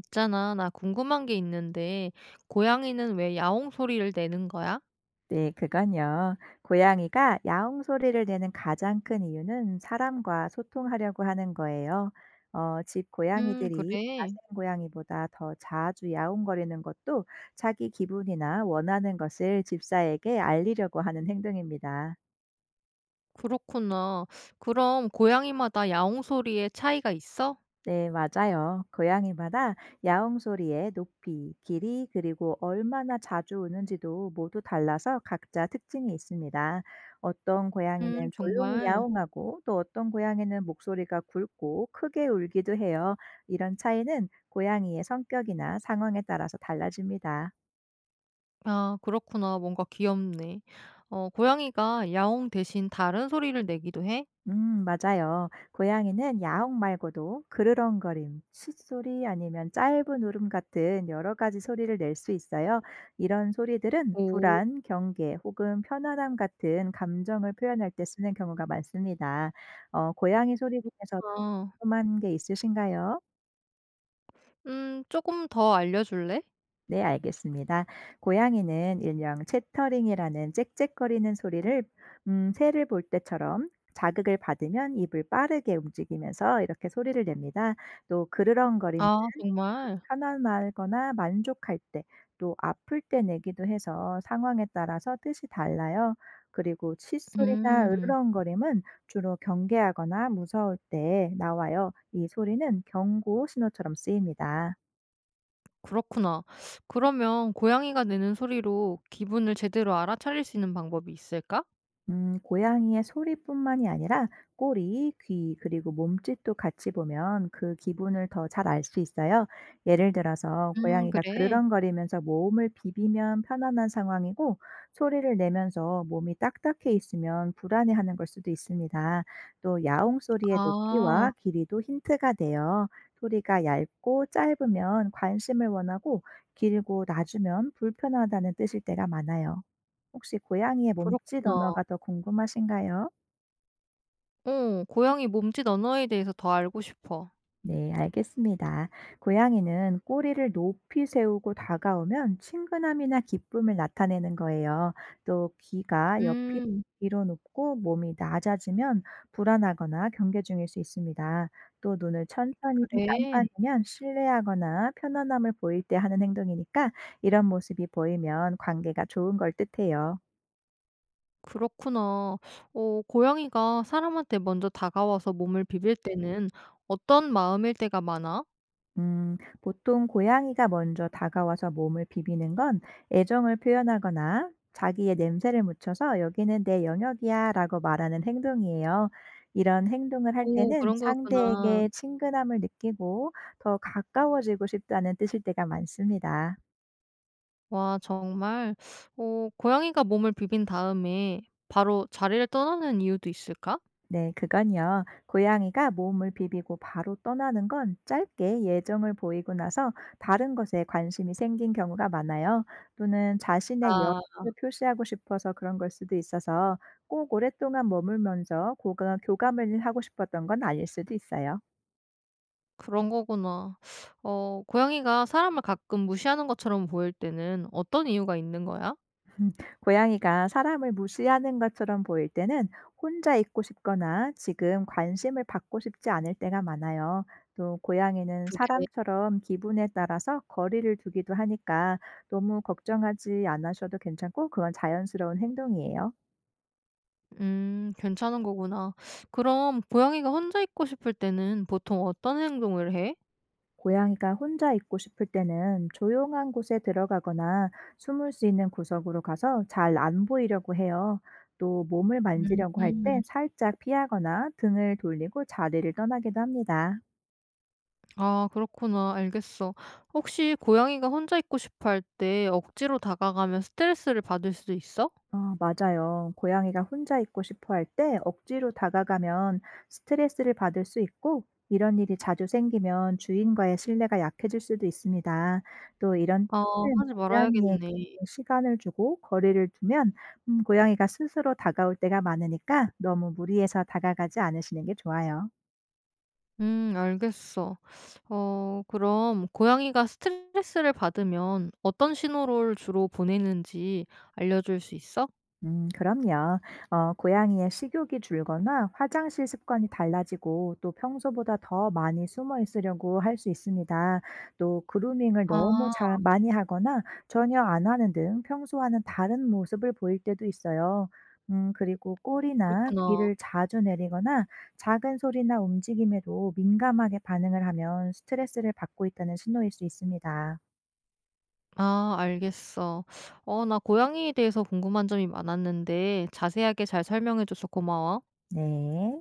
있잖아, 나 궁금한 게 있는데, 고양이는 왜 야옹 소리를 내는 거야? 네, 그건요. 고양이가 야옹 소리를 내는 가장 큰 이유는 사람과 소통하려고 하는 거예요. 집 고양이들이 그래. 야생 고양이보다 더 자주 야옹거리는 것도 자기 기분이나 원하는 것을 집사에게 알리려고 하는 행동입니다. 그렇구나. 그럼 고양이마다 야옹 소리에 차이가 있어? 네, 맞아요. 고양이마다 야옹 소리의 높이, 길이, 그리고 얼마나 자주 우는지도 모두 달라서 각자 특징이 있습니다. 어떤 고양이는 조용히 정말. 야옹하고 또 어떤 고양이는 목소리가 굵고 크게 울기도 해요. 이런 차이는 고양이의 성격이나 상황에 따라서 달라집니다. 아, 그렇구나. 뭔가 귀엽네. 고양이가 야옹 대신 다른 소리를 내기도 해? 맞아요. 고양이는 야옹 말고도 그르렁거림, 숫소리 아니면 짧은 울음 같은 여러 가지 소리를 낼 수 있어요. 이런 소리들은 오, 불안, 경계 혹은 편안함 같은 감정을 표현할 때 쓰는 경우가 많습니다. 고양이 소리 중에서 아. 궁금한 게 있으신가요? 조금 더 알려줄래? 네, 알겠습니다. 고양이는 일명 채터링이라는 짹짹거리는 소리를 새를 볼 때처럼 자극을 받으면 입을 빠르게 움직이면서 이렇게 소리를 냅니다. 또 그르렁거리은 아, 정말? 편안하거나 만족할 때, 또 아플 때 내기도 해서 상황에 따라서 뜻이 달라요. 그리고 칫소리나 음, 으르렁거림은 주로 경계하거나 무서울 때 나와요. 이 소리는 경고 신호처럼 쓰입니다. 그렇구나. 그러면 고양이가 내는 소리로 기분을 제대로 알아차릴 수 있는 방법이 있을까? 고양이의 소리뿐만이 아니라 꼬리, 귀, 그리고 몸짓도 같이 보면 그 기분을 더 잘 알 수 있어요. 예를 들어서 고양이가 그래? 그르렁거리면서 몸을 비비면 편안한 상황이고 소리를 내면서 몸이 딱딱해 있으면 불안해하는 걸 수도 있습니다. 또 야옹 소리의 아 높이와 길이도 힌트가 돼요. 소리가 얇고 짧으면 관심을 원하고 길고 낮으면 불편하다는 뜻일 때가 많아요. 혹시 고양이의 몸짓 그렇구나. 언어가 더 궁금하신가요? 고양이 몸짓 언어에 대해서 더 알고 싶어. 네, 알겠습니다. 고양이는 꼬리를 높이 세우고 다가오면 친근함이나 기쁨을 나타내는 거예요. 또 귀가 옆이 음 뒤로 눕고 몸이 낮아지면 불안하거나 경계 중일 수 있습니다. 또 눈을 천천히 그래? 깜빡이면 신뢰하거나 편안함을 보일 때 하는 행동이니까 이런 모습이 보이면 관계가 좋은 걸 뜻해요. 그렇구나. 고양이가 사람한테 먼저 다가와서 몸을 비빌 때는 어떤 마음일 때가 많아? 보통 고양이가 먼저 다가와서 몸을 비비는 건 애정을 표현하거나 자기의 냄새를 묻혀서 여기는 내 영역이야 라고 말하는 행동이에요. 이런 행동을 할 오, 때는 그런 거였구나. 상대에게 친근함을 느끼고 더 가까워지고 싶다는 뜻일 때가 많습니다. 와, 정말. 고양이가 몸을 비빈 다음에 바로 자리를 떠나는 이유도 있을까? 네, 그건요. 고양이가 몸을 비비고 바로 떠나는 건 짧게 예정을 보이고 나서 다른 것에 관심이 생긴 경우가 많아요. 또는 자신의 아. 여유를 표시하고 싶어서 그런 걸 수도 있어서 꼭 오랫동안 머물면서 교감을 하고 싶었던 건 아닐 수도 있어요. 그런 거구나. 고양이가 사람을 가끔 무시하는 것처럼 보일 때는 어떤 이유가 있는 거야? 음, 고양이가 사람을 무시하는 것처럼 보일 때는 혼자 있고 싶거나 지금 관심을 받고 싶지 않을 때가 많아요. 또 고양이는 그래. 사람처럼 기분에 따라서 거리를 두기도 하니까 너무 걱정하지 않으셔도 괜찮고 그건 자연스러운 행동이에요. 음, 괜찮은 거구나. 그럼 고양이가 혼자 있고 싶을 때는 보통 어떤 행동을 해? 고양이가 혼자 있고 싶을 때는 조용한 곳에 들어가거나 숨을 수 있는 구석으로 가서 잘 안 보이려고 해요. 또 몸을 만지려고 할 때 음. 살짝 피하거나 등을 돌리고 자리를 떠나기도 합니다. 아, 그렇구나. 알겠어. 혹시 고양이가 혼자 있고 싶어 할 때 억지로 다가가면 스트레스를 받을 수도 있어? 아 맞아요. 고양이가 혼자 있고 싶어 할 때 억지로 다가가면 스트레스를 받을 수 있고 이런 일이 자주 생기면 주인과의 신뢰가 약해질 수도 있습니다. 또 이런 아, 때는 하지 고양이에게 말아야겠네. 시간을 주고 거리를 두면 고양이가 스스로 다가올 때가 많으니까 너무 무리해서 다가가지 않으시는 게 좋아요. 음, 알겠어. 그럼 고양이가 스트레스를 받으면 어떤 신호를 주로 보내는지 알려줄 수 있어? 그럼요. 고양이의 식욕이 줄거나 화장실 습관이 달라지고 또 평소보다 더 많이 숨어 있으려고 할 수 있습니다. 또 그루밍을 너무 아, 잘 많이 하거나 전혀 안 하는 등 평소와는 다른 모습을 보일 때도 있어요. 그리고 꼬리나 그렇구나. 귀를 자주 내리거나 작은 소리나 움직임에도 민감하게 반응을 하면 스트레스를 받고 있다는 신호일 수 있습니다. 아, 알겠어. 나 고양이에 대해서 궁금한 점이 많았는데 자세하게 잘 설명해줘서 고마워. 네.